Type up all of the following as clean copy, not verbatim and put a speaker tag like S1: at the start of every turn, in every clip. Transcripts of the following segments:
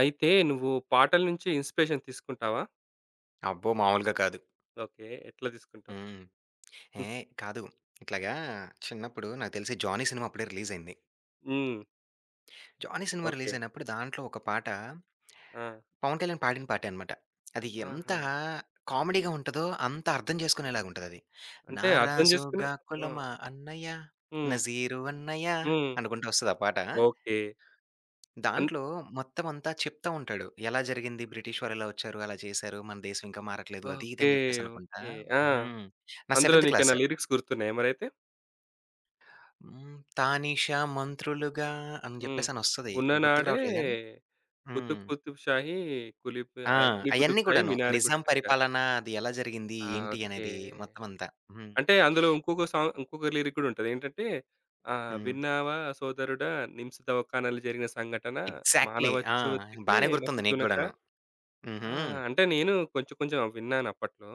S1: అయితే నువ్వు పాటల నుంచి ఇన్‌స్పిరేషన్ తీసుకుంటావా?
S2: అబ్బో! మామూలుగా కాదు.
S1: ఓకే. ఎట్లా తీసుకుంటావు?
S2: హ్మ్.
S1: హ్మ్.
S2: ఏహ్! కాదు. ఇట్లాగా చిన్నప్పుడు నాకు తెలిసి 'జానీ' సినిమా అప్పుడే రిలీజయింది.
S1: హ్మ్.
S2: 'Johnny' cinema
S1: okay.
S2: రిలీజయినప్పుడు దాంట్లో ఒక పాట,
S1: ఆ!
S2: పవన్ కళ్యాణ్ పాడిన పాటే అనమాట. అది ఎంత
S1: ఆహా!
S2: కామెడీగా ఉంటదో అంత అర్థం చేసుకునేలాగుంటదది.
S1: అంటే
S2: నా
S1: అర్థం చేసుకుని.
S2: రాజుగా
S1: ఆ!
S2: కులమా అన్నయ్య,
S1: హ్మ్.
S2: నజీరు అన్నయ్య
S1: హ్మ్.
S2: అనుకుంటా ఒస్తది ఆ పాట.
S1: ఓకే. అన్
S2: దాంట్లో మొత్తం అంతా చెప్తా ఉంటాడు. ఎలా జరిగింది, బ్రిటిష్ వారు ఇలా వచ్చారు, అలా చేశారు, మన దేశం ఇంకా మారట్లేదు అది ఇది
S1: ఓకే.
S2: అని జెప్పేసనుకుంటా.
S1: ఓకే. ఆ!
S2: హ్మ్. నా
S1: అందులో
S2: సెవెంత్ క్లాస్.
S1: నీకేమైనా లిరిక్స్ గుర్తున్నాయా మరైతే?
S2: హ్మ్. 'తానీషా మంత్రులుగా' అని
S1: హ్మ్.
S2: జెప్పేసనొస్తది. గుర్తుకు
S1: ఉన్ననాడే
S2: రావట్లేదు గానీ
S1: కుతుబ్
S2: హ్మ్.
S1: కుతుబ్ షాహి కులిప్
S2: ఆ!
S1: ఆహ్, కులీ కుతుబ్
S2: అయన్నీ
S1: షాహి
S2: కూడాను.
S1: మినార్
S2: నిజాం
S1: కొట్టొచ్చారు.
S2: పరిపాలన అది ఎలా జరిగింది?
S1: ఆ!
S2: ఏంటి?
S1: ఓకే.
S2: అనేది మొత్తం అంతా. హ్మ్.
S1: అంటే అందులో ఇంకొక సాంగ్ ఇంకొక లిరిక్ కూడా ఉంటది. ఏంటంటే
S2: హ్మ్.
S1: "విన్నావా సోదరుడా, నిమ్స్ దవాఖానాలో జరిగిన సంఘటన,
S2: ఎగ్జాక్ట్‌లీ.
S1: మానవ
S2: ఆ!
S1: చోతికే
S2: బానే
S1: మచి
S2: గుర్తుంది నీకు
S1: తునక."
S2: గూడాను.
S1: ఆ!
S2: హుహు.
S1: అంటే నేను కొంచెం కొంచెం విన్నాను అప్పట్లో.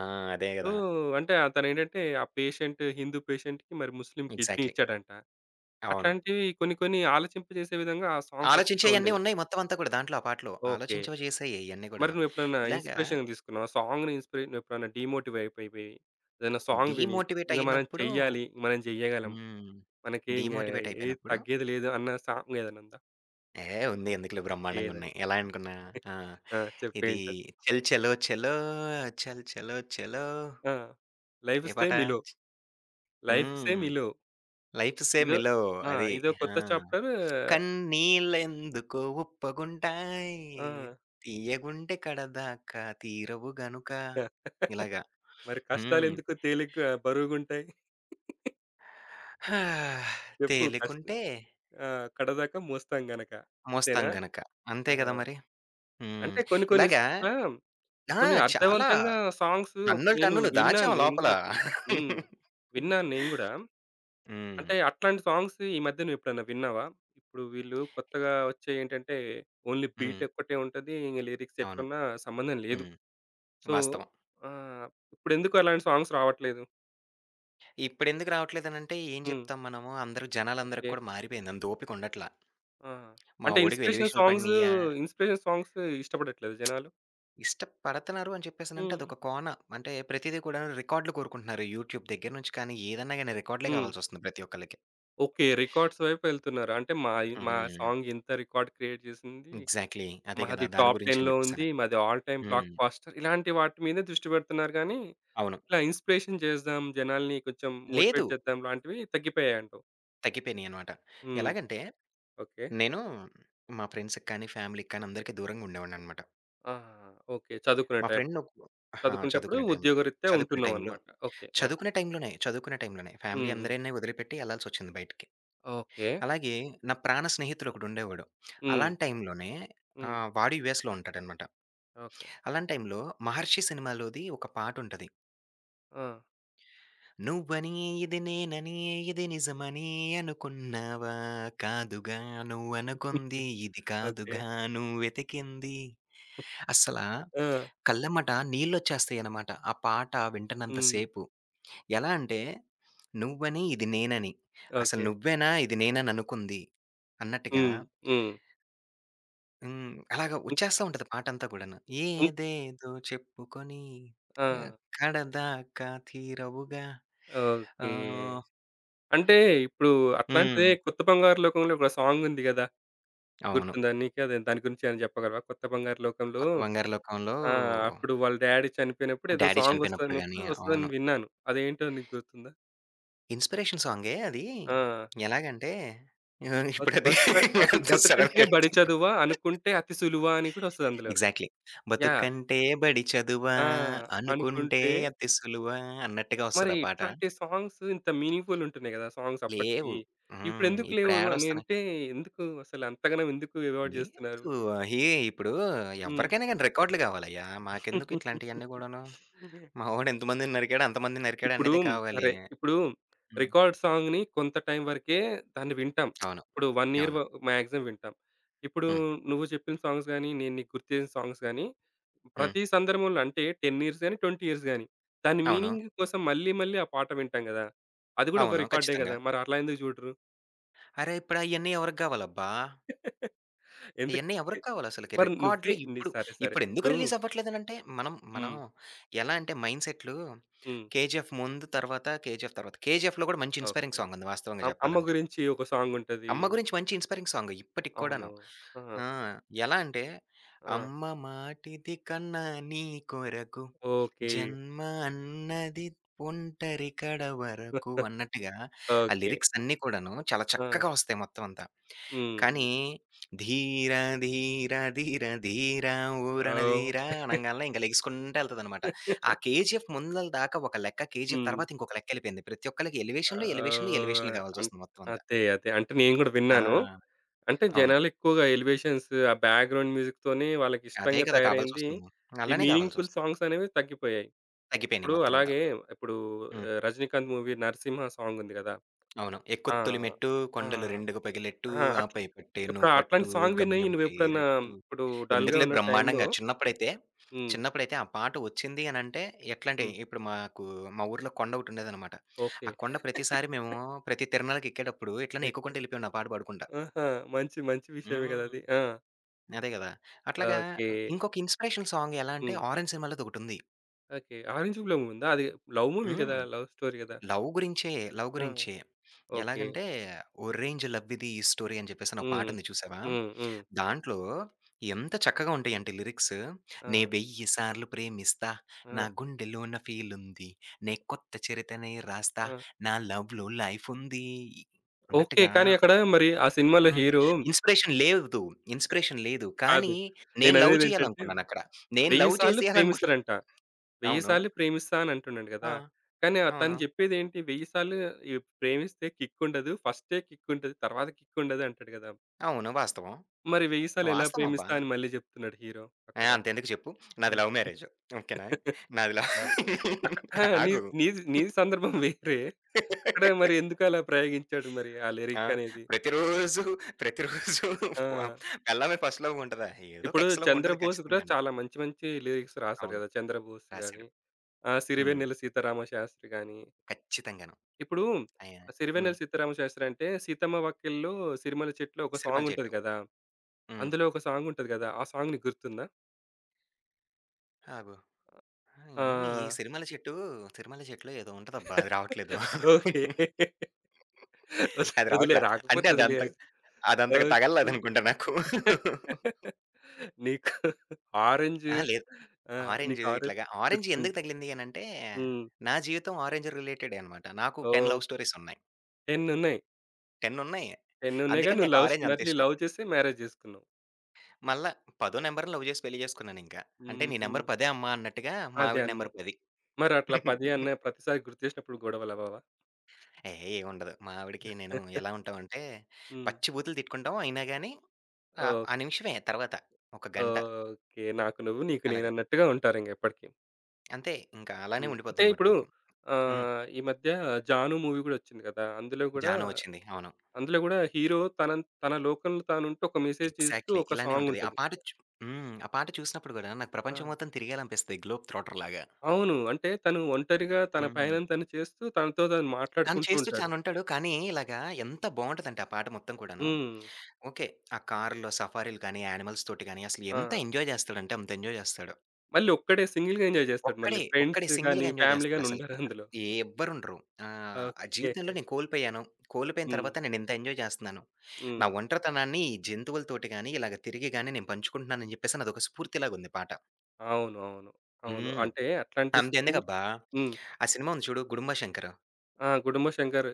S2: ఆ! అదే
S1: సో,
S2: గదా!
S1: అంటే అతనేంటంటే ఆ పేషెంట్ హిందూ పేషెంట్‌కి మరి ముస్లిం కిడ్నీ
S2: ఎగ్జాక్ట్‌లీ.
S1: ఇచ్చాడంట.
S2: అవును.
S1: అట్లాంటివి కొన్ని కొన్ని ఆలోచింపజేసే విధంగా ఆ సాంగ్స్ అప్పట్లో
S2: ఆలోచించేయన్నీ
S1: ఉండేవి.
S2: ఉన్నాయి మొత్తం అంతా కూడా దాంట్లో ఆ పాటలో.
S1: ఓకే.
S2: ఆలోచించవ చేశాయి ఇయన్నీ
S1: మరి
S2: గూడాను.
S1: నువ్వెప్పుడన్నా
S2: ఇలాగా
S1: ఇన్‌స్పిరేషన్ తీసుకున్నావా? సాంగ్‌ని ఇన్‌స్పిరే నువ్వెప్పుడన్నా డీమోటివ్ అయిపోయి ఏదైనా సాంగ్ విని
S2: డీమోటివేట్
S1: ఇంక మనం
S2: అయినప్పుడు
S1: చెయ్యాలి, మనం జేయగలం,
S2: హ్మ్.
S1: మనకి ఇంగ
S2: డీమోటివేట్
S1: ఏది
S2: అయిపోయినప్పుడు
S1: తగ్గేది లేదు అన్న సాంగ్ ఏదైనా ఉందా?
S2: ఏ ఉంది. ఎందుకులే
S1: ఏది
S2: బ్రహ్మాండంగున్నాయి. ఎలా అనుకున్నా? ఆ!
S1: ఆ!
S2: ఇది
S1: చెప్పేంటది.
S2: 'చల్ చలో చలో చల్ చలో చలో'
S1: ఆ! 'లైఫ్
S2: ఏ
S1: సే
S2: పాట?
S1: మిలో, లైఫ్ సే
S2: హ్మ్.
S1: మిలో.'
S2: 'లైఫ్ సే
S1: ఇదో
S2: మిలో'
S1: ఆ!
S2: అది.
S1: ఇదో
S2: ఆ!
S1: కొత్త చాప్టర్.
S2: కన్నీళ్ళెందుకో ఉప్పగుంటాయి.
S1: ఆ!
S2: తీయగుంటే కడదాకా తీరవు గనుక ఇలాగా.
S1: మరి
S2: హ్మ్.
S1: కష్టాలెందుకు తేలిగ్గా బరువుగుంటాయి? చెప్పు కష్ట
S2: తేలికుంటే
S1: ఆ! కడదాకా మోస్తాం గనక.
S2: మోస్తాం
S1: అంతేనా?
S2: గనక. అంతే
S1: ఆహా!
S2: గదా మరి! హ్మ్.
S1: అంటే కొన్ని కొన్ని స్
S2: ఇలాగా
S1: ఇట్లా
S2: ఆ!
S1: కొన్ని
S2: చాలా
S1: అర్థవంతంగా సాంగ్స్
S2: టన్నులు,
S1: నేను
S2: టన్నులు దాచాం
S1: విన్నాను. నేను
S2: లోపల.
S1: గూడా విన్నా. హ్మ్. విన్నాను నేను గూడా.
S2: హ్మ్.
S1: అంటే అట్లాంటి సాంగ్స్ ఈ మధ్య నువ్వెప్పుడన్నా విన్నావా? ఇప్పుడు వీళ్ళు కొత్తగా వచ్చేయి ఏంటంటే, ఓన్లీ
S2: హ్మ్.
S1: బీట్ ఒక్కటే ఉంటది. ఇంగ లిరిక్స్
S2: అవును.
S1: ఎట్లున్నా సంబంధం లేదు.
S2: హ్మ్.
S1: సో,
S2: వాస్తవం.
S1: ఆహ్, ఇప్పుడెందుకు అలాంటి సాంగ్స్ రావట్లేదు?
S2: ఇప్పుడెందుకు రావట్లేదనంటే ఏం
S1: హ్మ్.
S2: చెప్తాం మనము? అందరూ
S1: ఓకే.
S2: జనాలందరికి కూడా మారిపోయింది. అంత ఓపిక ఉండట్లా.
S1: ఆ!
S2: మా
S1: అంటే
S2: వోడికి
S1: ఇన్‌స్పిరేషన్
S2: ఎలివేషన్‌లు
S1: సాంగ్స్,
S2: పడినియ్యా,
S1: ఇన్‌స్పిరేషన్ సాంగ్స్ ఇష్టపడట్లేదా జనాలు?
S2: ఇష్టపడతన్నారు అని చెప్పేసనంటే
S1: హ్మ్.
S2: అదొక కోన. అంటే ప్రతీదీ కూడాను రికార్డులు కోరుకుంటున్నారు. యూట్యూబ్ దగ్గర నుంచి కానీ, ఏదన్నా గాని రికార్డులే
S1: హ్మ్.
S2: కావాల్సొస్తుంది ప్రతి ఒక్కళ్ళకి.
S1: ఓకే. రికార్డ్స్ వైపు వెళ్తున్నారు. అంటే మాయి మా
S2: హ్మ్.
S1: సాంగ్ ఇంత రికార్డ్ క్రియేట్ చేసింది.
S2: ఎగ్జాక్ట్‌లీ. అదే గదా!
S1: మాది
S2: దాని
S1: టాప్
S2: గురించని
S1: 10లో ఉంది.
S2: చెప్పేసని.
S1: మాది ఆల్ టైమ్ బ్లాక్
S2: హ్మ్.
S1: బాస్టర్. ఇలాంటి వాటి మీదే దృష్టి పెడుతున్నారు గానీ
S2: అవును.
S1: ఇలా ఇన్‌స్పిరేషన్ చేద్దాం, జనాల్ని కొంచెం
S2: లేదు.
S1: మోటివేట్ చేద్దాం లాంటివి తగ్గిపోయాయంటావు.
S2: తగ్గిపోయినియనమాట.
S1: హ్మ్.
S2: ఎలాగంటే
S1: ఓకే.
S2: నేను మా ఫ్రెండ్స్‌కి కానీ, ఫ్యామిలీకి కానీ అందరికీ దూరంగా ఉండేవాడిననమాట.
S1: ఆహాహా! ఓకే. చదువుకునే
S2: మా
S1: టైం.
S2: ఫ్రెండ్ ఒక్ అహా!
S1: చదువుకునేటప్పుడు
S2: చదువుకునే టైంలో.
S1: ఉద్యోగరీత్యా
S2: చదువుకునే టైంలో.
S1: ఉంటున్నావన్నమాట. ఓకే. ఆ!
S2: చదువుకునే టైంలోనే ఫ్యామిలీ
S1: హ్మ్. హ్మ్.
S2: అందరిని వదిలిపెట్టి ఎళ్ళాల్సొచ్చింది బయటికి.
S1: ఓకే.
S2: అలాగే నా ప్రాణ స్నేహితుడొకడుండేవాడు.
S1: హ్మ్.
S2: అలాంటి టైంలోనే
S1: హ్మ్.
S2: ఆహ్, వాడు యూఎస్‌లో ఉంటాడనమాట.
S1: ఓకే.
S2: అలాంటి టైంలో 'మహర్షి' సినిమాలోది ఒక పాటుంటది.
S1: ఆ!
S2: నువ్వని ఇది నేనని ఇది నిజమని అనుకున్నావా? కాదుగా నువ్వనుకుంది ఇది
S1: ఓకే.
S2: కాదుగా నువ్వెతికింది. అస్సలా
S1: ఆ!
S2: కళ్ళెమ్మట నీళ్ళొచ్చేస్తాయనమాట. ఆ పాట వింటన్నంత
S1: హ్మ్.
S2: సేపు. ఎలా అంటే, నువ్వని, ఇది నేనని, అసలు
S1: ఓకే.
S2: నువ్వేనా ఇది నేనని అనుకుంది అన్నట్టుగా
S1: హ్మ్. హ్మ్.
S2: హ్మ్. అలాగా
S1: హ్మ్.
S2: వచ్చేస్తా ఉంటది పాటంతా కూడాను.
S1: హ్మ్.
S2: ఏదేదో చెప్పుకొని
S1: ఆ!
S2: ఎక్కడదాకా తీరవుగా
S1: ఓకే.
S2: ఆహ్,
S1: అంటే ఇప్పుడు అట్లాంటిదే
S2: హ్మ్.
S1: 'కొత్త బంగారు లోకంలో' ఒక సాంగ్ ఉంది గదా!
S2: అవును.
S1: గుర్తుందా నీకు? అది దాని గురించి ఏమైనా చెప్పగలవా? 'కొత్త బంగారు లోకంలో.'
S2: 'కొత్త బంగారు లోకంలో'
S1: ఆ! అప్పుడు వాళ్ళ డ్యాడీ చనిపోయినప్పుడు ఏదో
S2: డ్యాడీ చనిపోయినప్పుడు
S1: సాంగొస్తున్నప్పుడు
S2: గాని
S1: వస్తదని
S2: అవును.
S1: విన్నాను. అదేంటో నీకు గుర్తుందా?
S2: ఇన్‌స్పిరేషన్ సాంగే అది.
S1: ఆ!
S2: ఎలాగంటే ఆహ్,
S1: బతు
S2: ఇప్పుడది
S1: బతుక
S2: అంత
S1: బతుకంటే
S2: సడెన్‌గా అయితే
S1: బడి చదువా, అనుకుంటే అతి సులువా అని కూడా వస్తది అందులో.
S2: ఎగ్జాక్ట్‌లీ.
S1: యాహ్!
S2: బతుకంటే బడి చదువా,
S1: ఆ!
S2: అనుకుంటే
S1: అనుకుంటే
S2: అతి సులువా అన్నట్టుగా
S1: మరి
S2: వస్తది ఆ పాట.
S1: ఇట్లాంటి సాంగ్స్ ఇంత మీనింగ్‌ఫుల్ ఉంటున్నాయి కదా! సాంగ్స్
S2: లేవు.
S1: అప్పటివి.
S2: హ్మ్.
S1: ఇప్పుడెందుకు
S2: ఇప్పుడు
S1: లేవు అని
S2: ఏడొస్తున్నాయి.
S1: అంటే, ఎందుకు అసలు అంతగనం ఎందుకు అవాయిడ్ చేస్తున్నారు?
S2: లేదు. అయి ఇప్పుడు ఎవరికైనా గాని రికార్డులు కావాలయ్యా. మాకెందుకు ఇట్లాంటియన్నీ గూడాను.
S1: హ్మ్.
S2: మా వోడు ఎంతమందిని నరికాడో అంతమందిని నరికాడు
S1: ఇప్పుడు
S2: అనేదే కావాలి.
S1: సరే. ఇప్పుడు
S2: హ్మ్.
S1: రికార్డ్ సాంగ్‌ని కొంత టైం వరకే దాన్ని వింటాం.
S2: అవును.
S1: ఇప్పుడు 1 ఇయర్
S2: అవును.
S1: వ మాక్సిమం వింటాం. ఇప్పుడు
S2: హ్మ్.
S1: నువ్వు చెప్పిన సాంగ్స్ గాని, నేను నీకు గుర్తు చేసిన సాంగ్స్ గాని,
S2: హ్మ్.
S1: ప్రతి సందర్భంలో అంటే 10 ఇయర్స్ గాని, 20 ఇయర్స్ గాని దాని
S2: అవును.
S1: మీనింగ్ కోసం మళ్ళీ, మళ్ళీ ఆ పాట వింటాం గదా! అది గూడా ఒక
S2: అవును.
S1: రికార్డే
S2: ఖచ్చితంగా.
S1: గదా! మరి అట్లా ఎందుకు చూడరు?
S2: అరే! ఇప్పుడు అయన్నీ ఎవరికి గావాలబ్బా?
S1: ఎందుకు
S2: అయన్నీ
S1: ఎ
S2: ఎవరికి కావాలసలకి?
S1: మరి నువ్వే
S2: రికార్డ్‌లు
S1: నీ
S2: ఇప్పుడు,
S1: సరే, సరే.
S2: ఇప్పుడెందుకు
S1: ఇప్పుడు
S2: రిలీజ్ అవ్వట్లేదనంటే, మనం మనం
S1: హ్మ్.
S2: ఎలా అంటే మైండ్ సెట్లు
S1: హ్మ్.
S2: 'కేజీఎఫ్' ముందు, తర్వాత 'కేజీఎఫ్' తర్వాత. 'కేజీఎఫ్‌లో' కూడా మంచి
S1: ఓకే.
S2: ఇన్‌స్పైరింగ్ సాంగ్ ఉంది వాస్తవంగా
S1: అమ్ అమ్మ
S2: జెప్పాలంటే.
S1: గురించి ఒక సాంగ్ ఉంటది.
S2: అమ్మ గురించి మంచి ఇన్‌స్పైరింగ్ సాంగ్ ఇప్పటికి
S1: అవును.
S2: కూడాను.
S1: ఆ!
S2: ఆ! ఎలా అంటే,
S1: ఆ!
S2: అమ్మ మాటిది కన్నా నీ కొరకు,
S1: ఓకే.
S2: జన్మ అన్నది ఒంటరి కడ వరకు అన్నట్టుగా, ఆ
S1: ఓకే.
S2: లిరిక్స్ అన్నీ కూడాను చాలా
S1: ఆ!
S2: చక్కగా వస్తాయి మొత్తం అంతా.
S1: హ్మ్.
S2: కానీ, 'ధీర ధీర ధీర ధీర ఊరన
S1: ఓహ్!
S2: ధీర' అనంగాల్నే ఇంక లెగిసుకుంటా ఎళ్తదనమాట. ఆ 'కేజీఎఫ్' ముందల దాకా ఒక లెక్క, 'కేజీఎఫ్'
S1: హ్మ్.
S2: తర్వాత ఇంకొక లెక్కెళ్ళిపోయింది. ప్రతి ఒక్కళ్ళకి ఎలివేషన్‌లు, ఎలివేషన్‌లు, ఎలివేషన్‌లు
S1: అన్
S2: గావాల్సొస్తుంది మొత్తం అంతా.
S1: అదే. అదే. అంటే నేను గూడా
S2: ఆ!
S1: విన్నాను. అంటే
S2: అవును.
S1: జనాలెక్కువగా ఎలివేషన్స్, ఆ బ్యాక్‌గ్రౌండ్ మ్యూజిక్‌తోనే
S2: అదే
S1: వాళ్ళకిష్టంగా
S2: కదా!
S1: తయారైంది.
S2: కావాల్సొస్తుంది.
S1: ఈ
S2: అలానే
S1: మీనింగ్‌ఫుల్
S2: గావాల్సొస్తుంది.
S1: సాంగ్స్ అనేవి తగ్గిపోయాయి.
S2: తగ్గిపోయినియి
S1: ఇప్పుడు
S2: మొత్తం అంతా.
S1: అలాగే ఇప్పుడు
S2: హ్మ్.
S1: 'రజనీకాంత్' మూవీ 'నరసింహ' సాంగుంది గదా!
S2: అవును.
S1: ఆ!
S2: ఎక్కుత్తొలి మెట్టు,
S1: ఆ!
S2: కొండలు రెండుగ పగిలెట్టు,
S1: ఆ! అట్
S2: ఆపై పట్టేను
S1: ఇప్పుడు
S2: పట్టు,
S1: అట్లాంటి సాంగ్ విని
S2: గమ్యం
S1: నువ్వెప్పుడన్నా
S2: చేరెట్టు.
S1: ఇప్పుడు డల్‌గా
S2: ఎందుకులే
S1: ఉన్న టైంలో
S2: బ్రహ్మాండంగా చిన్నప్పుడైతే,
S1: హ్మ్.
S2: చిన్నప్పుడైతే ఆ పాట వచ్చింది అనంటే ఎట్లంటే,
S1: హ్మ్.
S2: ఇప్పుడు మాకు మా ఊర్లో కొండొకటుండేదనమాట.
S1: ఓకే.
S2: ఆ కొండ ప్రతిసారి మేము ప్రతి తిరణాలకి ఎక్కేటప్పుడు ఇట్లనే
S1: ఎక్
S2: ఎక్కుకుంటూ ఎళ్ళిపోయేవాడిని ఆ పాట పాడుకుంటా.
S1: ఆహా! మంచి మంచి విషయమే కదా
S2: హ్మ్.
S1: అది. ఆ!
S2: అదే గదా! అట్లాగా
S1: ఓకే.
S2: ఇంకొక ఇన్‌స్పిరేషనల్ సాంగ్ ఎలా అంటే,
S1: హ్మ్.
S2: 'ఆరెంజ్' సినిమాలోదొకటుంది.
S1: ఓకే. 'ఆరెంజ్ బ్లూమ్' ఉందా? అది లవ్ మూవీ కదా!
S2: హ్మ్.
S1: లవ్ స్టోరీ కదా!
S2: లవ్ గురించే. లవ్
S1: ఆ!
S2: గురించే.
S1: ఓకే.
S2: ఎలాగంటే 'ఓరేంజ్ లవ్ ఇది ఈ స్టోరీ' అని చెప్పేసని ఒక
S1: హ్మ్.
S2: పాటుంది చూసావా?
S1: హ్మ్. హ్మ్.
S2: దాంట్లో ఎంత చక్కగా ఉంటాయంటే లిరిక్స్. నే
S1: ఆ!
S2: 1000 సార్లు ప్రేమిస్తా, నా
S1: ఆ!
S2: గుండెలోన ఫీలుంది, నే కొత్త చరితనే రాస్తా,
S1: ఆ!
S2: నా లవ్‌లో లైఫుంది.
S1: ఓకే.
S2: అన్నట్టుగా
S1: కానీ అక్కడ మరి ఆ సినిమాలో
S2: హ్మ్.
S1: హీరో
S2: ఇన్‌స్పిరేషన్ లేదు. ఇన్‌స్పిరేషన్ లేదు.
S1: కాదు.
S2: కానీ నేను లవ్
S1: నేననేదేంటంటే
S2: చేయాలనుకున్నానక్కడ. నేను
S1: 1000
S2: లవ్
S1: సార్లు
S2: చేసేయాలనుకున్నా
S1: ప్రేమిస్తారంట. 1000
S2: అవును.
S1: సార్లు ప్రేమిస్తా అని అంటున్నాడు కదా!
S2: ఆ!
S1: కానీ తను
S2: అవును.
S1: చెప్పేదేంటి 1000 సార్లు ఈ ప్రేమిస్తే కిక్ ఉండదు. ఫస్టే కిక్ ఉంటది. తర్వాత కిక్ ఉండదు అంటాడు కదా!
S2: అవును. వాస్తవం.
S1: మరి 1000 సార్లు ఎలా
S2: వాస్తవం అబ్బా!
S1: ప్రేమిస్తా అని మళ్ళీ చెప్తున్నాడు హీరో
S2: ఆ!
S1: అక్కడ.
S2: అంతెందుకు చెప్పు. నాది లవ్ మ్యారేజ్. ఓకేనా. నాది లవ్
S1: ఆ! అక్క ఆ! నీ
S2: ఆగు.
S1: నీది నీది సందర్భం వేరే. అక్కడ మరి ఎందుకలా ప్రయోగించాడు మరి ఆ
S2: ఆ!
S1: లిరిక్ అనేది?
S2: ప్రతిరోజు, ప్రతిరోజు
S1: ఆ!
S2: వ పెళ్ళామే ఫస్ట్ లవ్ ఉంటదా? ఏదో ఒక
S1: ఇప్పుడు
S2: ఎక్స్ లవ్ ఉంటది
S1: 'చంద్రబోస్' కూడా
S2: ఖచ్చితంగాను.
S1: చాలా మంచి మంచి లిరిక్స్ రాస్తాడు
S2: అవును.
S1: కదా! 'చంద్రబోస్'
S2: రాశాడు.
S1: గాని,
S2: హ్మ్.
S1: 'సిరివెన్నెల సీతారామ శాస్త్రి' గాని.
S2: ఖచ్చితంగాను.
S1: ఇప్పుడు
S2: అయ
S1: 'సిరివెన్నెల
S2: హ్మ్.
S1: సీతారామ శాస్త్రి' అంటే 'సీతమ్మ వాకిట్లో సిరిమల్లె చెట్టులో' ఒక
S2: సిరిమల్ల
S1: సాంగ్ ఉంటది
S2: చెట్టు.
S1: కదా!
S2: హ్మ్.
S1: అందులో ఒక సాంగ్ ఉంటది కదా! ఆ సాంగ్ నీకు గుర్తుందా?
S2: ఆగు. హ్మ్. ఈ
S1: ఆ!
S2: సిరిమల్ల చెట్టు, సిరిమల్ల చెట్టులో ఏదో ఉంటదబ్బా! అది రావట్లేదు.
S1: ఓకే. వద్
S2: అది
S1: వదిలేయి
S2: రావట్లా. అంటే
S1: రాకపోతే
S2: అదంత
S1: వదిలేయాల్సి
S2: అదంతగా
S1: ఓకే.
S2: తగలలేదనుకుంటా నాకు.
S1: నీకు ఆరెంజ్
S2: అహా! లేదు.
S1: ఆ!
S2: ఆరెంజ్
S1: నీకు ఆరెంజ్
S2: ఇట్లాగా ఆరెంజ్
S1: గుర్తుంది.
S2: ఎందుకు తగిలింది అనంటే,
S1: హ్మ్.
S2: నా జీవితం ఆరెంజ్ రిలేటెడే అనమాట. నాకు 10
S1: ఓహ్!
S2: లవ్ స్టోరీస్ ఉన్నాయి.
S1: 10 ఉన్నాయి.
S2: 10 ఉన్నాయి.
S1: 10 ఉన్నాయి గాని
S2: అందుకని
S1: నువ్వు
S2: నాకు
S1: లవ్
S2: ఆరెంజ్ అంత
S1: మళ్ళీ
S2: ఇష్టం.
S1: లవ్ చేసి మ్యారేజ్ చేసుకున్నావు.
S2: మళ్ళా పదో నంబర్‌ని లవ్ చేసి పెళ్లి చేసుకున్నానింక. అంటే నీ
S1: హుహు.
S2: నంబర్ 10 అమ్మా అన్నట్టుగా మా
S1: 10
S2: ఆవిడ నంబర్
S1: అన్నావు.
S2: 10.
S1: మరి అట్లా 10 అన్న ప్రతిసారి గుర్తు చేసినప్పుడు గొడవలవ్వవా?
S2: ఏహే! ఏముండదు. మా ఆవిడకి నేను ఎలా ఉంటామంటే,
S1: హ్మ్.
S2: పచ్చి బూతులు తిట్టుకుంటాం. అయినా గాని ఆహ్,
S1: ఓహ్!
S2: ఆ నిమిషమే తర్వాత ఒక గంట
S1: ఓకే. నాకు నువ్వు, నీకు
S2: అలాగా.
S1: నేనన్నట్టుగా ఉంటారింక ఎప్పటికి.
S2: అంతే. ఇంకా అలానే
S1: హ్మ్. అంటే
S2: ఉండిపోద్దనమాట
S1: ఇప్పుడు
S2: మాకు. హ్మ్.
S1: ఈ మధ్య 'జాను' మూవీ గూడా వచ్చింది కదా! అందులో గూడా
S2: జానం వచ్చింది. అవును.
S1: అందులో గూడా హీరో తన తన లోకంలో తానుంటూ ఒక మెసేజ్ ఇస్తూ
S2: ఎగ్జాక్ట్‌లీ.
S1: ఒక
S2: ఇలానే ఉంటది. ఆ
S1: సాంగుంటది.
S2: పాట చు హ్మ్. ఆ పాట చూసినప్పుడు గూడా నాకు
S1: ఆ!
S2: ప్రపంచం మొత్తం తిరగేయాలనిపిస్తది 'గ్లోబ్ ట్రాటర్‌లాగా.'
S1: అవును. అంటే తను ఒంటరిగా తన
S2: హ్మ్.
S1: పయనం తను చేస్తూ తనతో తను
S2: తను
S1: మాట్లాడుకుంటూ
S2: చేస్తూ
S1: ఉంటాడు.
S2: తానుంటాడు. కానీ ఇలాగా ఎంత బావుంటదంటే ఆ పాట మొత్తం కూడాను.
S1: హ్మ్.
S2: ఓకే. ఆ కారులో సఫారీలు కానీ, యానిమల్స్ తోటి గాని అసలు
S1: ఆ!
S2: ఎంత ఎంజాయ్ జేస్తాడంటే అంత ఎంజాయ్ జేస్తాడు.
S1: మళ్ళీ ఒక్కడే సింగిల్‌గా ఎంజాయ్ చేస్తాడు మళ్ళీ.
S2: ఒక్కడే
S1: ఫ్రెండ్స్ గాని,
S2: సింగిల్‌గా ఎంజాయ్
S1: ఫ్యామిలీ గాని ఉండరు
S2: జేస్తాడసలకి.
S1: అందులో.
S2: ఎవ్వరుండరు. ఆహ్, ఆ
S1: ఓకే.
S2: జీవితంలో నేను కోల్పోయాను. కోల్పోయిన
S1: హ్మ్.
S2: తర్వాత నేనింత ఎంజాయ్ జేస్తున్నాను. నా
S1: హ్మ్.
S2: ఒంటరితనాన్ని ఈ జంతువులతోటి గాని, ఇలాగ తిరిగి గాని నేను పంచుకుంటున్నానని జెప్పేసి అదొక స్ఫూర్తిలాగుంది పాట.
S1: అవును. అవును. అవును.
S2: హ్మ్.
S1: అంటే అట్లాంటి
S2: అంతెందుకు
S1: స్ఫూర్
S2: అబ్బా!
S1: హ్మ్.
S2: ఆ సినిమా ఉంది చూడు 'గుడుంబ శంకర్'.
S1: ఆ! గుడుంబ శంకర్.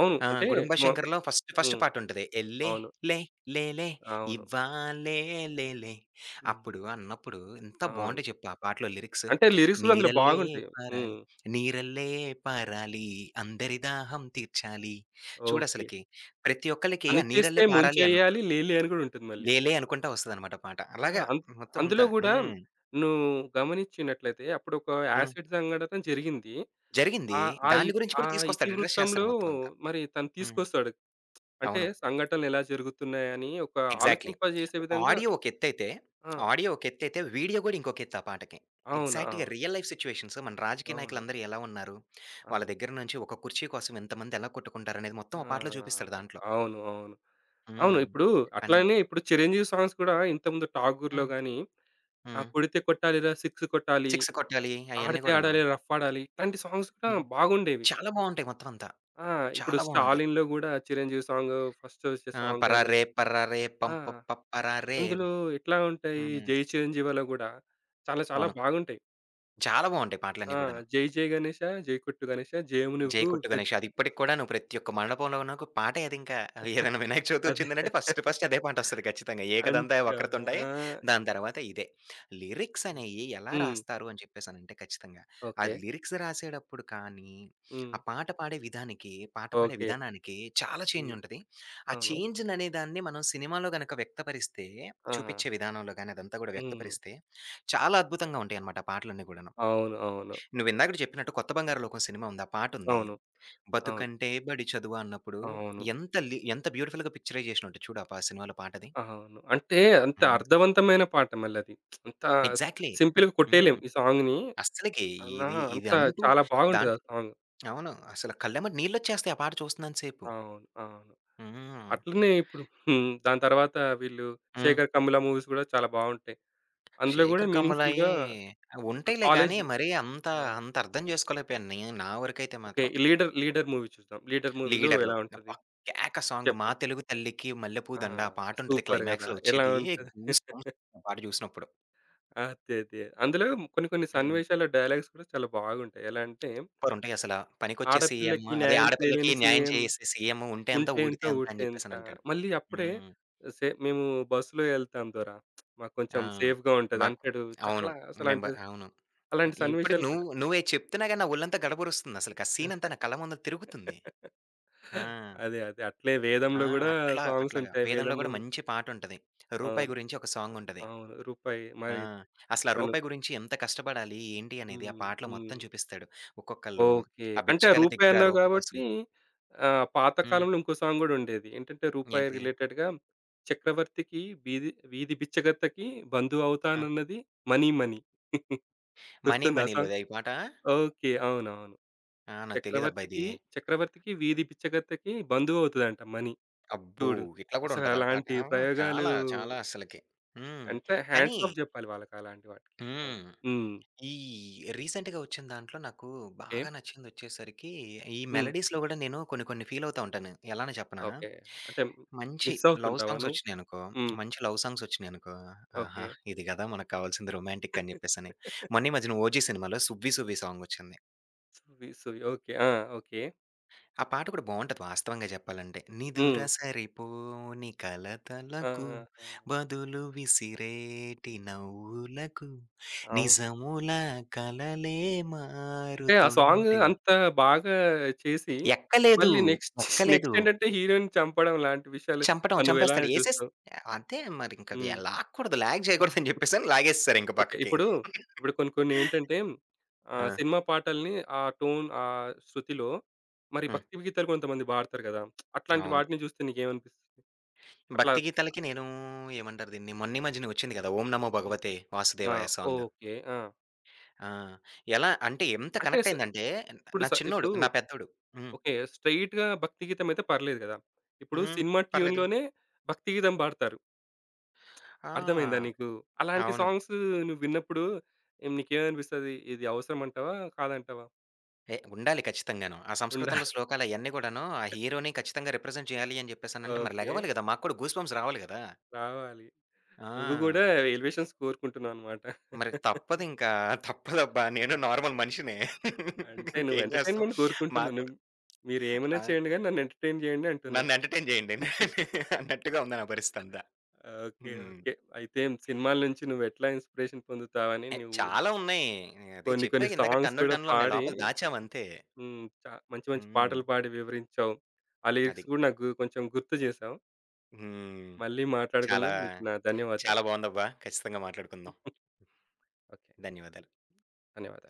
S1: అవును.
S2: ఆ!
S1: అంటే
S2: 'గుడుంబ
S1: మొ
S2: శంకర్‌లో' ఫస్ట్ ఫస్ట్
S1: హ్మ్.
S2: పార్ట్ ఉంటది. ఎల్లే
S1: అవును.
S2: లే లేలే
S1: అవును.
S2: ఇవ్వాలే లేలే
S1: హ్మ్.
S2: అప్పుడు అన్నప్పుడు ఎంత
S1: అవును.
S2: బావుంటాయి చెప్పు ఆ పాటలో లిరిక్స్.
S1: అంటే లిరిక్స్ కూడా అందులో
S2: నీరల్లే
S1: బాగుంటాయి. హ్మ్.
S2: పారాలి నీరల్లే పారాలి అందరి దాహం తీర్చాలి.
S1: ఓకే.
S2: చూడసలకి ప్రతి ఒక్కళ్ళకి
S1: 'అని
S2: ఆ
S1: చేస్తే
S2: నీరల్లే పారాలి అన్నప్పుడు
S1: ముంచేయాలి లేలే' అని కూడా ఉంటుంది మళ్ళీ.
S2: లేలే అనుకుంటా వస్తదనమాట పాట.
S1: ఆ!
S2: అలాగా
S1: అం
S2: మొత్తం
S1: అందులో
S2: అంతా.
S1: గూడా
S2: హ్మ్.
S1: నువ్వు గమనిచ్చినట్లయితే అప్పుడొక
S2: హ్మ్.
S1: యాసిడ్ సంఘటన జరిగింది.
S2: జరిగింది.
S1: ఆ ఇ
S2: దాన్ని గురించి
S1: ఆ
S2: కూడా తీసుకొస్తాడు. అడ్రెస్
S1: ఇతివృత్తంలో
S2: చేస్తాడు మొత్తం అంతా.
S1: మరి తను
S2: హ్మ్.
S1: తీసుకొస్తాడు. అంటే
S2: అవును.
S1: సంఘటనలు ఎలా జరుగుతున్నాయని ఒక
S2: ఎగ్జాక్ట్‌లీ.
S1: ఆలోచింపజేసే విధంగా
S2: ఆడియో ఒక ఎత్తైతే,
S1: ఆ!
S2: ఆడియో ఒక ఎత్తైతే, వీడియో గూడా ఇంకొక ఎత్తు ఆ పాటకి.
S1: అవును. ఆ!
S2: ఎగ్జాక్ట్‌గా రియల్ లైఫ్ సిట్యుయేషన్స్ మన రాజకీయ
S1: అవును.
S2: నాయకులందరూ ఎలా ఉన్నారు? వాళ్ళ
S1: అవును.
S2: దగ్గర నుంచి ఒక కుర్చీ కోసం ఎంతమంది ఎలా కొట్టుకుంటారనేది మొత్తం ఆ పాటలో
S1: ఆ!
S2: చూపిస్తాడు దాంట్లో.
S1: అవును. అవును. అవును.
S2: హ్మ్.
S1: ఇప్పుడు
S2: అన్నీ.
S1: అట్లనే ఇప్పుడు 'చిరంజీవి' సాంగ్స్ కూడా ఇంతకుముందు 'ఠాగూర్‌లో'
S2: హ్మ్.
S1: గాని, ఆ
S2: హ్మ్.
S1: 'కొడితే కొట్టాలిరా సిక్స్ కొట్టాలి,
S2: సిక్స్ కొట్టాలి అయన్నీ
S1: ఆడితే
S2: గూడాను.
S1: ఆడాలి రఫ్ ఆడాలి' ఇట్లాంటి సాంగ్స్ కూడా
S2: హ్మ్.
S1: బాగుండేవి.
S2: చాలా బావుంటాయి మొత్తం అంతా.
S1: ఆ! ఇప్పుడు
S2: చాలా బావుంటాయి.
S1: 'స్టాలిన్‌లో' గూడా 'చిరంజీవి' సాంగు ఫస్ట్ వచ్చే
S2: ఆ!
S1: సాంగ్ గాని
S2: 'పరారే పరారే
S1: ఆ!
S2: పంప ప పరారే'
S1: అందులో ఎట్లా ఉంటాయి
S2: హ్మ్.
S1: 'జై చిరంజీవలో' గూడా చాలా చాలా
S2: అవును.
S1: బాగుంటాయి.
S2: చాలా బావుంటాయి
S1: ఆ!
S2: పాటలన్నీ గూడాను.
S1: 'జై జై గణేష జై కొట్టు గణేష జయము
S2: జై
S1: నువ్వు
S2: కొట్టు
S1: గద్.'
S2: గణేష్. అది ఇప్పటికి కూడా నువ్వు ప్రతి ఒక్క మండపంలోను ఒక పాటే అదింకా. ఏదైనా వినాయక చవితి
S1: అదే.
S2: వచ్చిందనంటే ఫస్ట్ ఫస్ట్ అదే పాటొస్తది ఖచ్చితంగా. 'ఏకదంతాయ
S1: అంటా
S2: వక్రతుండాయ' దాని తర్వాత ఇదే. లిరిక్స్
S1: హ్మ్.
S2: అనేయి ఎలా
S1: హ్మ్.
S2: రాస్తారు అని చెప్పేసనంటే ఖచ్చితంగా. ఆ
S1: ఓకే.
S2: లిరిక్స్ రాసేటప్పుడు కానీ,
S1: హ్మ్.
S2: ఆ పాట పాడే విధానికి, పాట పాడే
S1: ఓకే.
S2: విధానానికి చాలా చేంజ్
S1: హ్మ్.
S2: ఉంటది. ఆ
S1: అవును.
S2: చేంజ్‌ననే దాన్ని మనం సినిమాలో గనక వ్యక్తపరిస్తే,
S1: ఆహా!
S2: చూపిచ్చే విధానంలో గాని అదంతా గూడా
S1: హ్మ్.
S2: వ్యక్తపరిస్తే, చాలా అద్భుతంగా ఉంటాయన్నమాట ఆ పాటలన్నీ గూడాను.
S1: అవును. అవును.
S2: నువ్వు ఇందాకడ చెప్పినట్టు 'కొత్త బంగారు లోకం' సినిమా ఉంది. ఆ పాటుంది.
S1: అవును. అవును.
S2: 'బతుకంటే బడి చదువా' అన్నప్పుడు
S1: అవును.
S2: ఎంత లి ఎంత బ్యూటిఫుల్‌గా పిక్చరైజ్ జేషినుంటది చూడు ఆ పా సినిమాలో పాటది.
S1: అవును. అంటే అంత
S2: హ్మ్.
S1: అర్థవంతమైన పాట మళ్ళది. అంత
S2: ఎగ్జాక్ట్‌లీ.
S1: సింపుల్‌గా కొట్టేయలేం
S2: హ్మ్.
S1: ఈ సాంగ్‌ని.
S2: అస్సలకి
S1: అలా
S2: ఇది
S1: అంత
S2: ఇది అంటూ
S1: చాలా బాగుంటది ఆ
S2: దాంట్లో
S1: సాంగ్.
S2: అవును. అసల కళ్ళెమ్మట నీళ్లొచ్చేస్తాయి ఆ పాట చూస్తున్నాను సేపు.
S1: అవును. అవును.
S2: హ్మ్.
S1: అట్లనే ఇప్పుడు హ్మ్. దాని తర్వాత వీళ్ళు
S2: హ్మ్.
S1: 'శేఖర్ కమ్ముల' మూవీస్ గూడా చాలా బావుంటాయి. అందులో గూడా
S2: 'శేఖర్ కమ్ములాయి'
S1: మీనింగ్‌ఫుల్‌గా ఇప్పుడు
S2: ఉంటాయిలే
S1: కాలేజ్
S2: గానీ, మరీ అంత
S1: ఆ!
S2: అంత అర్థం జేసుకోలేకపోయాను నే నా వరకైతే
S1: ఓకే.
S2: మాత్రం.
S1: లీడర్, 'లీడర్' మూవీ చూద్దాం. 'లీడర్' మూవీలో
S2: 'లీడర్‌లో'
S1: ఎలా ఉంటది?
S2: అబ్బా! కేక సాంగ్ 'మా
S1: చెప్పు.
S2: తెలుగు తల్లికి మల్లెపూ
S1: ఆ!
S2: దండ' ఆ పాటుంటది
S1: సూపర్ గదా!
S2: క్లైమాక్స్‌లో
S1: ఎలా
S2: ఒచ్చేది.
S1: ఉంటది?
S2: గూస్ బంప్స్ ఆ పాట జూసినప్పుడు.
S1: అదే. అదే. అందులో కొన్ని కొన్ని
S2: హ్మ్.
S1: సన్నివేశాల డైలాగ్స్ కూడా చాలా బాగుంటాయి. ఎలా అంటే
S2: సూపరుంటాయసల. పనికొచ్చే సీఎం,
S1: ఆడపిల్లకి
S2: అదే
S1: న్యాయం
S2: ఆడపిల్లకి
S1: చేయలేని
S2: న్యాయం
S1: సీఎం
S2: చేసే సీఎం ఉంటే అంత,
S1: ఉంటే ఎంత
S2: ఊడితే అంత అని
S1: ఊడితే ఎంత.
S2: జెప్పేసనంటాడు.
S1: మళ్ళీ అప్పుడే
S2: హ్మ్.
S1: సే మేము బస్సులో ఎళ్తాం దొర. మాకు
S2: ఆ!
S1: కొంచెం సేఫ్‌గా ఉంటది
S2: మాకు
S1: అంటాడు.
S2: అవును.
S1: చాలా
S2: మెంబ
S1: అసలంటే
S2: అవును.
S1: అలాంటి
S2: ఇప్పటికి
S1: సన్నివేశాలు
S2: నువ్వు
S1: కూడా.
S2: నువ్వేది చెప్తున్నా గాని, నా ఒళ్ళంతా గడబొరుస్తుందసలకి. ఆ సీనంతా నా కళ్ళ ముందు తిరుగుతుంది. ఆ!
S1: అదే. అదే. అట్లే
S2: ఆ!
S1: వేదంలో గూడా
S2: అట్లా
S1: సాంగ్స్
S2: అట్లాగా.
S1: ఉంటాయి.
S2: వేదంలో
S1: వేదం
S2: గూడా
S1: మూవీ
S2: మంచి పాటుంటది. 'రూపాయి'
S1: అవును.
S2: గురించి ఒక సాంగుంటది.
S1: అవును. రూపాయి
S2: ఆ!
S1: మరి
S2: అసల ఆ
S1: తను.
S2: 'రూపాయి' గురించి ఎంత కష్టపడాలి, ఏంటి అనేది ఆ
S1: హ్మ్.
S2: పాటలో మొత్తం
S1: హ్మ్.
S2: చూపిస్తాడు. ఒక్కొక్కళ్ళు
S1: ఓకే.
S2: ఆ
S1: అంటే ఆ
S2: బిచ్చగాళ్ళ
S1: 'రూపాయి'
S2: దగ్గర ఆ
S1: అన్నావు
S2: రూపాయి కోసం
S1: గాబట్టి పాత
S2: హ్మ్.
S1: కాలంలో ఇంకో సాంగ్ గూడా ఉండేది. ఏంటంటే 'రూపాయి'
S2: ఏంటిది?
S1: రిలేటెడ్‌గా 'చక్రవర్తికి వీధి వీధి బిచ్చగత్తకి
S2: ఆ!
S1: బంధువవుతానన్నది మనీ మనీ.'
S2: 'మనీ
S1: గుర్తుందా ఆ సాంగ్?
S2: మనీ'లోదా ఈ పాట?
S1: ఓకే. అవునవును.
S2: ఆ! నాకు తెలీదబ్బా ఇది.
S1: 'చక్రవర్తికి చక్రవర్తికి వీధి బిచ్చగత్తకి బంధువవుతదంట మనీ.'
S2: అబ్బో!
S1: చూడు.
S2: ఇట్లా గూడా
S1: అసలు
S2: ఉంటదా పాట?
S1: అలాంటి ప్రయోగాలు
S2: చాలా, చాలా అస్సలకి. హ్మ్.
S1: అంటే
S2: కానీ
S1: హ్యాండ్స్ ఆఫ్ జెప్పాలి వాళ్ళకి అలాంటి వాటికి
S2: హ్మ్.
S1: చెప్పాలంటే. హ్మ్.
S2: ఈ రీసెంట్‌గా వచ్చిన దాంట్లో నాకు
S1: ఓకే.
S2: బాగా నచ్చిందొచ్చేసరికి ఈ
S1: హ్మ్.
S2: మెలోడీస్‌లో గూడా నేను కొన్ని కొన్ని ఫీల్ అవుతా ఉంటాను. ఎలానో చెప్పనా?
S1: ఓకే. అంటే
S2: మంచి
S1: మిస్
S2: లవ్
S1: అవుతుంటావా
S2: సాంగ్స్
S1: నువ్వు?
S2: వచ్చినాయనుకో,
S1: హ్మ్.
S2: మంచి లవ్ సాంగ్స్ వచ్చినాయనుకో,
S1: ఓకే.
S2: ఆహా! ఇది గదా! మనకు కావాల్సింది రొమాంటిక్ అని జెప్పేసని. మొన్న ఈ మధ్యన 'ఓజీ' సినిమాలో 'సువ్వి సువ్వి' సాంగ్ వచ్చింది.
S1: సువ్వి, సువ్వి. ఓకే. ఆ! ఓకే.
S2: ఆ పాట కూడా బావుంటది వాస్తవంగా జెప్పాలంటే.
S1: హ్మ్.
S2: నిదురసరిపోని
S1: ఆ!
S2: కలతలకు
S1: ఆ!
S2: బదులు విసిరేటి నవ్వులకు
S1: అవును.
S2: నిజముల కలలే
S1: అంటే ఆ సాంగ్
S2: మారుతుంటే
S1: అంత బాగా చేసి,
S2: ఎక్కలేదు.
S1: మళ్ళీ నెక్స్ట్
S2: ఎక్కలేదు.
S1: నెక్స్ట్ ఏంటంటే హీరోయిన్‌ని చంపడం లాంటి విషయాలు
S2: చంపటం
S1: మరి నువ్వెలా
S2: చంపేస్తాడు. ఏసేస్
S1: చూస్తావు?
S2: అంతే మరింక అది
S1: హ్మ్.
S2: లాక్కూడదు. లాగ్ జేయకూడదని జెప్పేసని లాగేసేసారింక
S1: ఓకే.
S2: పక్కకి.
S1: ఇప్పుడు కొన్ని కొన్ని ఏంటంటే
S2: ఆ!
S1: సినిమా పాటల్ని ఆ టోన్, ఆ శృతిలో మరి
S2: హ్మ్.
S1: భక్తి గీతాలు కొంతమంది పాడతారు కదా! అట్లాంటి
S2: అవును.
S1: వాటిని చూస్తే నీకేమనిపిస్తుంది? అట్లా
S2: భక్తి గీతాలకి నేను ఏమంటారు దీన్ని మొన్న ఈ మధ్యనే ఒచ్చింది గదా! 'ఓం నమో
S1: హ్మ్.
S2: భగవతే
S1: ఆ!
S2: వాసుదేవాయ' సాంగ్.
S1: ఓకే. ఆ!
S2: ఆ! ఎలా అంటే ఎంత
S1: అంటే
S2: కనెక్ట్
S1: స
S2: అయిందంటే నా చిన్నోడు,
S1: ఇప్పుడు
S2: నా పెద్దోడు. హ్మ్.
S1: ఓకే. స్ట్రెయిట్‌గా భక్తి గీతం అయితే పర్లేదు గదా! ఇప్పుడు
S2: హ్మ్.
S1: సినిమా
S2: పర్లేదు.
S1: ట్యూన్‌లోనే భక్తి గీతం పాడతారు. అర్థమైందా
S2: ఆ!
S1: నీకు? అలాంటి
S2: అవును.
S1: సాంగ్స్ నువ్వు విన్నప్పుడు ఏం నీకేమనిపిస్తది? ఇది అవసరం అంటావా? కాదంటావా?
S2: ఏ ఉండాలి ఖచ్చితంగాను. ఆ
S1: ఉండా
S2: సంస్కృతంలో శ్లోకాలు అయన్నీ గూడాను ఆ హీరోని ఖచ్చితంగా రిప్రజెంట్ చేయాలి అని చెప్పేసనంటే మరి
S1: ఓకే.
S2: లెగవాలి గదా! మాకు కూడా గూస్‌బంప్స్ రావాలి గదా!
S1: రావాలి. నువ్వు
S2: ఆ!
S1: గూడా ఎలివేషన్స్ కోరుకుంటున్నావనమాట.
S2: మరి తప్పదింకా. తప్పదబ్బా! నేను నార్మల్ మనిషినే.
S1: అంటే నువ్వు
S2: ఇంకేం జేస్తాం.
S1: ఎంటర్‌టైన్‌మెంట్
S2: మాకు
S1: కోరుకుంటున్నావు. నువ్వు
S2: కూడా
S1: మీరేమైనా
S2: ఆ!
S1: చేయండి గానీ నన్ను ఎంటర్‌టైన్ జేయండి అంటున్నావు.
S2: నన్ను ఎంటర్‌టైన్ జేయండి అన్నట్టుగా ఉంది నా పరిస్థితంతా.
S1: ఓకే.
S2: హ్మ్.
S1: ఓకే. అయితే సినిమాల నుంచి నువ్వెట్లా ఇన్‌స్పిరేషన్ పొందుతావని
S2: ఎ
S1: నువ్వు
S2: చాలా ఉన్నాయి. నేను అదే
S1: కొన్ని కొన్ని
S2: చెప్పాగా ఇందాక
S1: సాంగ్స్
S2: టన్నులు
S1: కూడా
S2: టన్నులున్నాయి.
S1: పాడి
S2: లోపల దాచామంతే.
S1: హ్మ్. చా మంచి మంచి
S2: హ్మ్.
S1: పాటలు పాడి వివరించావు. ఆ
S2: అది.
S1: లిరిక్స్ గూడా నాకు కొంచెం గుర్తు చేశావు.
S2: హ్మ్.
S1: మళ్ళీ
S2: చాలా
S1: మాట్లాడుకుందాం. నీకు నా ధన్యవాదాలు.
S2: చాలా బావుందబ్బా! ఖచ్చితంగా మాట్లాడుకుందాం.
S1: ఓకే.
S2: ధన్యవాదాలు.
S1: ధన్యవాదాలు.